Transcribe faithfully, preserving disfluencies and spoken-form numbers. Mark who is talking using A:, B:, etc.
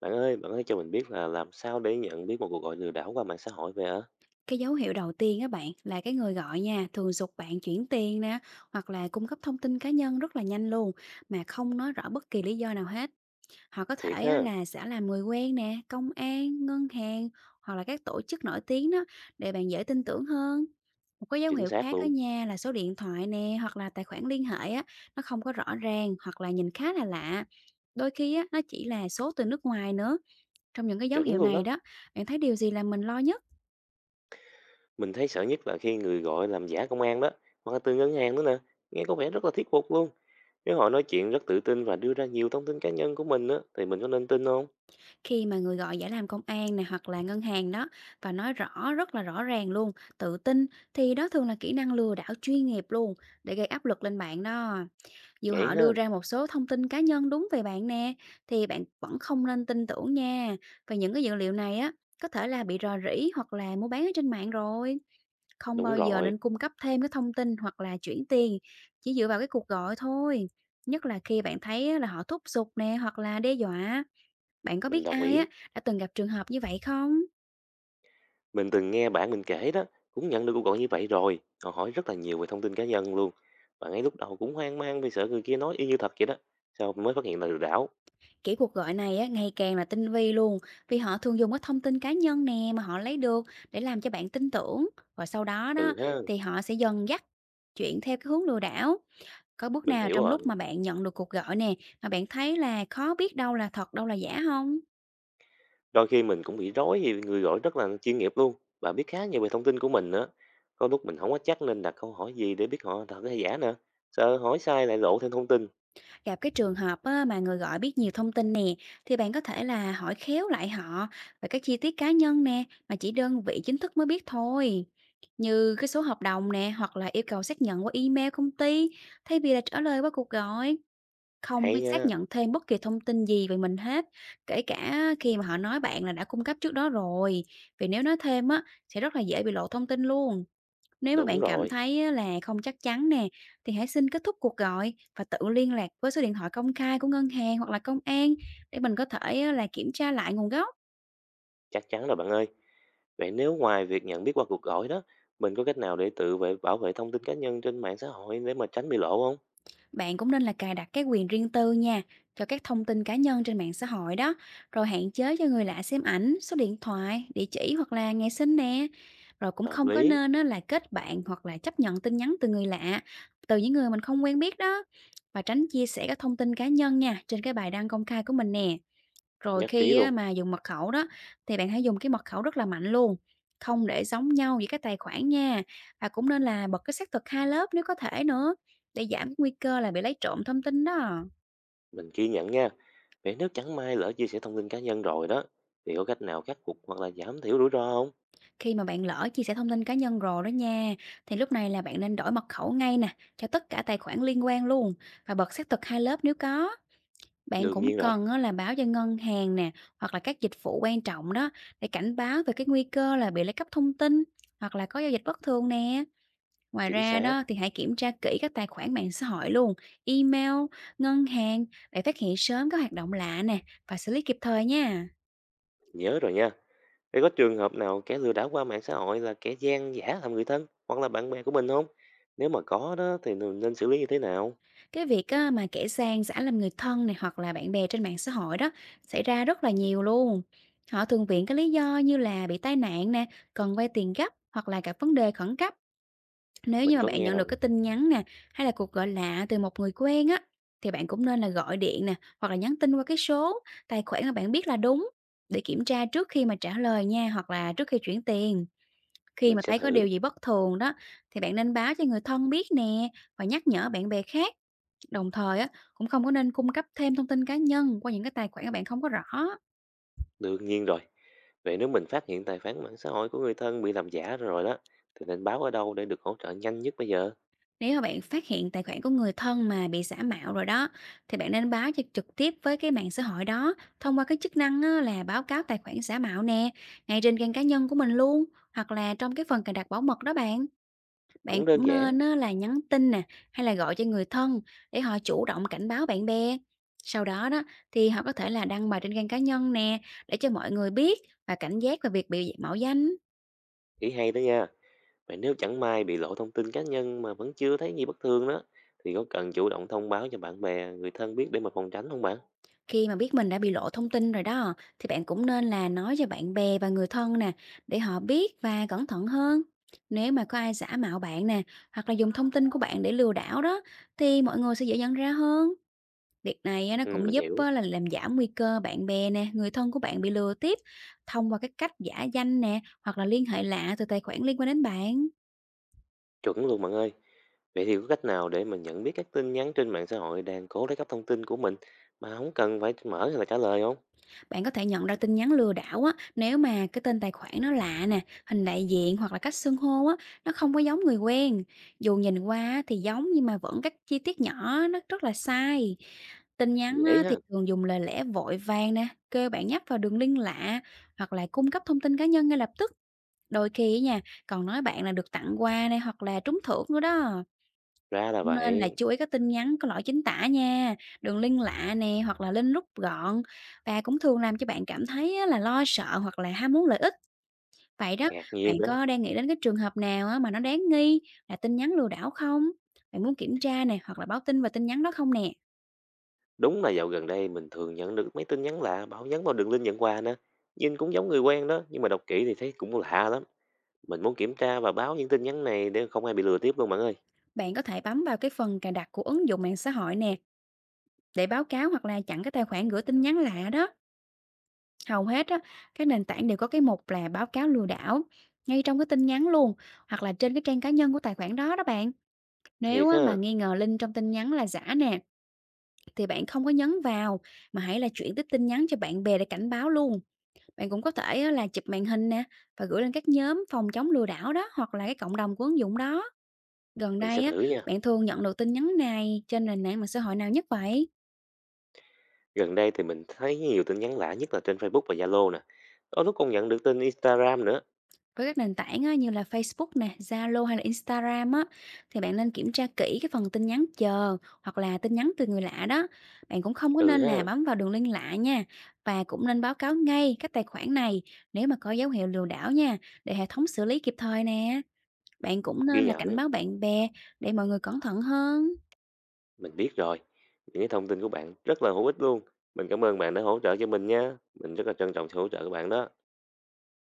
A: Bạn ơi, bạn ơi cho mình biết là làm sao để nhận biết một cuộc gọi lừa đảo qua mạng xã hội vậy ạ?
B: Cái dấu hiệu đầu tiên á bạn là cái người gọi nha, thường giục bạn chuyển tiền nè, hoặc là cung cấp thông tin cá nhân rất là nhanh luôn mà không nói rõ bất kỳ lý do nào hết. Họ có
A: Thiệt
B: thể á
A: ha,
B: là sẽ làm người quen nè, công an, ngân hàng hoặc là các tổ chức nổi tiếng đó để bạn dễ tin tưởng hơn. Một cái dấu
A: chính
B: hiệu
A: xác
B: khác ở
A: luôn,
B: nha là số điện thoại nè hoặc là tài khoản liên hệ á nó không có rõ ràng hoặc là nhìn khá là lạ. Đôi khi á nó chỉ là số từ nước ngoài nữa. Trong những cái dấu
A: chuẩn
B: hiệu
A: luôn
B: này
A: đó.
B: đó, bạn thấy điều gì làm mình lo nhất?
A: Mình thấy sợ nhất là khi người gọi làm giả công an đó, hoặc là từ ngân hàng nữa nè, nghe có vẻ rất là thuyết phục luôn. Nếu họ nói chuyện rất tự tin và đưa ra nhiều thông tin cá nhân của mình á, thì mình có nên tin không?
B: Khi mà người gọi giải làm công an này hoặc là ngân hàng đó và nói rõ rất là rõ ràng luôn, tự tin thì đó thường là kỹ năng lừa đảo chuyên nghiệp luôn để gây áp lực lên bạn đó. Dù
A: Vậy
B: họ
A: ha,
B: đưa ra một số thông tin cá nhân đúng về bạn nè thì bạn vẫn không nên tin tưởng nha. Và những cái dữ liệu này á có thể là bị rò rỉ hoặc là mua bán ở trên mạng rồi. Không
A: đúng
B: bao giờ
A: rồi,
B: nên cung cấp thêm cái thông tin hoặc là chuyển tiền chỉ dựa vào cái cuộc gọi thôi. Nhất là khi bạn thấy á, là họ thúc giục nè hoặc là đe dọa, bạn có
A: mình
B: biết
A: đồng
B: ai
A: ý.
B: á đã từng gặp trường hợp như vậy không?
A: Mình từng nghe bạn mình kể đó, cũng nhận được cuộc gọi như vậy rồi. Họ hỏi rất là nhiều về thông tin cá nhân luôn. Và ngay lúc đầu cũng hoang mang vì sợ người kia nói y như thật vậy đó. Sau mới phát hiện là lừa đảo.
B: Kiểu cuộc gọi này á ngày càng là tinh vi luôn, vì họ thường dùng cái thông tin cá nhân nè mà họ lấy được để làm cho bạn tin tưởng, và sau đó
A: Ừ
B: đó
A: ha.
B: thì họ sẽ dần dắt chuyển theo cái hướng lừa đảo. Có bước
A: Mình
B: nào
A: hiểu
B: trong lúc mà
A: rồi.
B: bạn nhận được cuộc gọi nè mà bạn thấy là khó biết đâu là thật, đâu là giả không?
A: Đôi khi mình cũng bị rối vì người gọi rất là chuyên nghiệp luôn và biết khá nhiều về thông tin của mình nữa. Có lúc mình không có chắc nên đặt câu hỏi gì để biết họ thật hay giả nữa. Sợ hỏi sai lại lộ thêm thông tin.
B: Gặp cái trường hợp á, mà người gọi biết nhiều thông tin nè, thì bạn có thể là hỏi khéo lại họ về các chi tiết cá nhân nè, mà chỉ đơn vị chính thức mới biết thôi. Như cái số hợp đồng nè, hoặc là yêu cầu xác nhận qua email công ty, thay vì là trả lời qua cuộc gọi, không
A: Hay
B: có xác
A: nha.
B: nhận thêm bất kỳ thông tin gì về mình hết, kể cả khi mà họ nói bạn là đã cung cấp trước đó rồi. Vì nếu nói thêm á, sẽ rất là dễ bị lộ thông tin luôn. Nếu mà
A: Đúng
B: bạn cảm
A: rồi.
B: thấy á là không chắc chắn nè, thì hãy xin kết thúc cuộc gọi và tự liên lạc với số điện thoại công khai của ngân hàng hoặc là công an để mình có thể á là kiểm tra lại nguồn gốc.
A: Chắc chắn rồi bạn ơi. Vậy nếu ngoài việc nhận biết qua cuộc gọi đó, mình có cách nào để tự vệ bảo vệ thông tin cá nhân trên mạng xã hội để mà tránh bị lộ không?
B: Bạn cũng nên là cài đặt cái quyền riêng tư nha cho các thông tin cá nhân trên mạng xã hội đó, rồi hạn chế cho người lạ xem ảnh, số điện thoại, địa chỉ hoặc là ngày sinh nè. Rồi cũng
A: Hợp
B: không có
A: lý,
B: nên á là kết bạn hoặc là chấp nhận tin nhắn từ người lạ, từ những người mình không quen biết đó. Và tránh chia sẻ các thông tin cá nhân nha trên cái bài đăng công khai của mình nè. Rồi
A: nhất trí
B: khi á
A: luôn.
B: mà dùng mật khẩu đó, thì bạn hãy dùng cái mật khẩu rất là mạnh luôn, không để giống nhau giữa các tài khoản nha, và cũng nên là bật cái xác thực hai lớp nếu có thể nữa, để giảm cái nguy cơ là bị lấy trộm thông tin đó.
A: Mình ghi nhận nha. Vậy nếu chẳng may lỡ chia sẻ thông tin cá nhân rồi đó, thì có cách nào khắc phục hoặc là giảm thiểu rủi ro không?
B: Khi mà bạn lỡ chia sẻ thông tin cá nhân rồi đó nha, thì lúc này là bạn nên đổi mật khẩu ngay nè, cho tất cả tài khoản liên quan luôn, và bật xác thực hai lớp nếu có. Bạn
A: Đương
B: cũng
A: nhiên rồi,
B: cần á là báo cho ngân hàng nè, hoặc là các dịch vụ quan trọng đó, để cảnh báo về cái nguy cơ là bị lấy cắp thông tin, hoặc là có giao dịch bất thường nè. Ngoài
A: chính
B: ra
A: xác.
B: đó thì hãy kiểm tra kỹ các tài khoản mạng xã hội luôn, email, ngân hàng để phát hiện sớm các hoạt động lạ nè và xử lý kịp thời nha.
A: Nhớ rồi nha. Vậy có trường hợp nào kẻ lừa đảo qua mạng xã hội là kẻ gian giả làm người thân hoặc là bạn bè của mình không? Nếu mà có đó thì mình nên xử lý như thế nào?
B: Cái việc á, mà kẻ gian giả làm người thân này hoặc là bạn bè trên mạng xã hội đó xảy ra rất là nhiều luôn. Họ thường viện cái lý do như là bị tai nạn nè, cần vay tiền gấp hoặc là gặp vấn đề khẩn cấp. Nếu như
A: Mình
B: mà
A: có
B: bạn
A: nghe
B: nhận được
A: rồi,
B: cái tin nhắn nè, hay là cuộc gọi lạ từ một người quen á, thì bạn cũng nên là gọi điện nè, hoặc là nhắn tin qua cái số, tài khoản mà bạn biết là đúng để kiểm tra trước khi mà trả lời nha, hoặc là trước khi chuyển tiền. Khi
A: mình
B: mà
A: sẽ
B: thấy có
A: thử.
B: điều gì bất thường đó, thì bạn nên báo cho người thân biết nè và nhắc nhở bạn bè khác. Đồng thời á, cũng không có nên cung cấp thêm thông tin cá nhân qua những cái tài khoản mà bạn không có rõ.
A: Đương nhiên rồi. Vậy nếu mình phát hiện tài khoản mạng xã hội của người thân bị làm giả rồi đó, thì nên báo ở đâu để được hỗ trợ nhanh nhất bây giờ?
B: Nếu mà bạn phát hiện tài khoản của người thân mà bị giả mạo rồi đó, thì bạn nên báo cho trực tiếp với cái mạng xã hội đó thông qua cái chức năng á, là báo cáo tài khoản giả mạo nè, ngay trên trang cá nhân của mình luôn, hoặc là trong cái phần cài đặt bảo mật đó bạn.
A: Cũng
B: Bạn
A: đơn
B: cũng
A: giản,
B: nên á, là nhắn tin nè, hay là gọi cho người thân để họ chủ động cảnh báo bạn bè. Sau đó đó thì họ có thể là đăng bài trên trang cá nhân nè để cho mọi người biết và cảnh giác về việc bị mạo danh.
A: ý hay đó nha. Vậy nếu chẳng may bị lộ thông tin cá nhân mà vẫn chưa thấy gì bất thường đó, thì có cần chủ động thông báo cho bạn bè, người thân biết để mà phòng tránh không bạn?
B: Khi mà biết mình đã bị lộ thông tin rồi đó, thì bạn cũng nên là nói cho bạn bè và người thân nè, để họ biết và cẩn thận hơn. Nếu mà có ai giả mạo bạn nè, hoặc là dùng thông tin của bạn để lừa đảo đó, thì mọi người sẽ dễ nhận ra hơn. Việc này á, nó
A: Ừ,
B: cũng
A: mình
B: giúp
A: hiểu.
B: á, là làm giảm nguy cơ bạn bè nè, người thân của bạn bị lừa tiếp thông qua các cách giả danh nè, hoặc là liên hệ lạ từ tài khoản liên quan đến bạn.
A: Chuẩn luôn bạn ơi. Vậy thì có cách nào để mình nhận biết các tin nhắn trên mạng xã hội đang cố lấy cắp thông tin của mình mà không cần phải mở hay là trả lời không?
B: Bạn có thể nhận ra tin nhắn lừa đảo á, nếu mà cái tên tài khoản nó lạ nè, hình đại diện hoặc là cách xưng hô á, nó không có giống người quen. Dù nhìn qua á thì giống nhưng mà vẫn các chi tiết nhỏ nó rất là sai. Tin nhắn
A: Dễ
B: á, thì
A: ha.
B: thường dùng lời lẽ vội vàng nè, kêu bạn nhấp vào đường link lạ hoặc là cung cấp thông tin cá nhân ngay lập tức. Đôi khi á nha, còn nói bạn là được tặng quà nè hoặc là trúng thưởng nữa đó.
A: Ra là
B: Cũng nên là
A: vậy.
B: chú ý các tin nhắn có lỗi chính tả nha, đường link lạ nè hoặc là link rút gọn và cũng thường làm cho bạn cảm thấy á là lo sợ hoặc là ham muốn lợi ích. Vậy đó,
A: Ngạc
B: bạn
A: nhiên đó.
B: có đang nghĩ đến cái trường hợp nào á mà nó đáng nghi là tin nhắn lừa đảo không? Bạn muốn kiểm tra nè hoặc là báo tin về tin nhắn đó không nè?
A: Đúng là dạo gần đây mình thường nhận được mấy tin nhắn lạ bảo nhắn vào đường link nhận quà nè. Nhìn cũng giống người quen đó, nhưng mà đọc kỹ thì thấy cũng lạ lắm. Mình muốn kiểm tra và báo những tin nhắn này để không ai bị lừa tiếp luôn bạn ơi.
B: Bạn có thể bấm vào cái phần cài đặt của ứng dụng mạng xã hội nè để báo cáo hoặc là chặn cái tài khoản gửi tin nhắn lạ đó. Hầu hết á, các nền tảng đều có cái mục là báo cáo lừa đảo ngay trong cái tin nhắn luôn hoặc là trên cái trang cá nhân của tài khoản đó đó bạn. Nếu
A: Thiệt
B: á mà
A: ha,
B: nghi ngờ link trong tin nhắn là giả nè, thì bạn không có nhấn vào mà hãy là chuyển tiếp tin nhắn cho bạn bè để cảnh báo luôn. Bạn cũng có thể á là chụp màn hình nè và gửi lên các nhóm phòng chống lừa đảo đó hoặc là cái cộng đồng của ứng dụng đó. Gần
A: mình sẽ
B: đây á,
A: thử nha.
B: bạn thường nhận được tin nhắn này trên nền tảng mạng xã hội nào nhất vậy?
A: Gần đây thì mình thấy nhiều tin nhắn lạ nhất là trên Facebook và Zalo nè. Có lúc còn nhận được tin Instagram nữa.
B: Với các nền tảng á, như là Facebook nè, Zalo hay là Instagram á, thì bạn nên kiểm tra kỹ cái phần tin nhắn chờ hoặc là tin nhắn từ người lạ đó. Bạn cũng không có
A: Ừ
B: nên là
A: ha,
B: bấm vào đường link lạ nha và cũng nên báo cáo ngay các tài khoản này nếu mà có dấu hiệu lừa đảo nha để hệ thống xử lý kịp thời nè. Bạn cũng
A: ghi
B: nên là
A: nhận.
B: cảnh báo bạn bè để mọi người cẩn thận hơn.
A: Mình biết rồi. Những cái thông tin của bạn rất là hữu ích luôn. Mình cảm ơn bạn đã hỗ trợ cho mình nha. Mình rất là trân trọng sự hỗ trợ của bạn đó.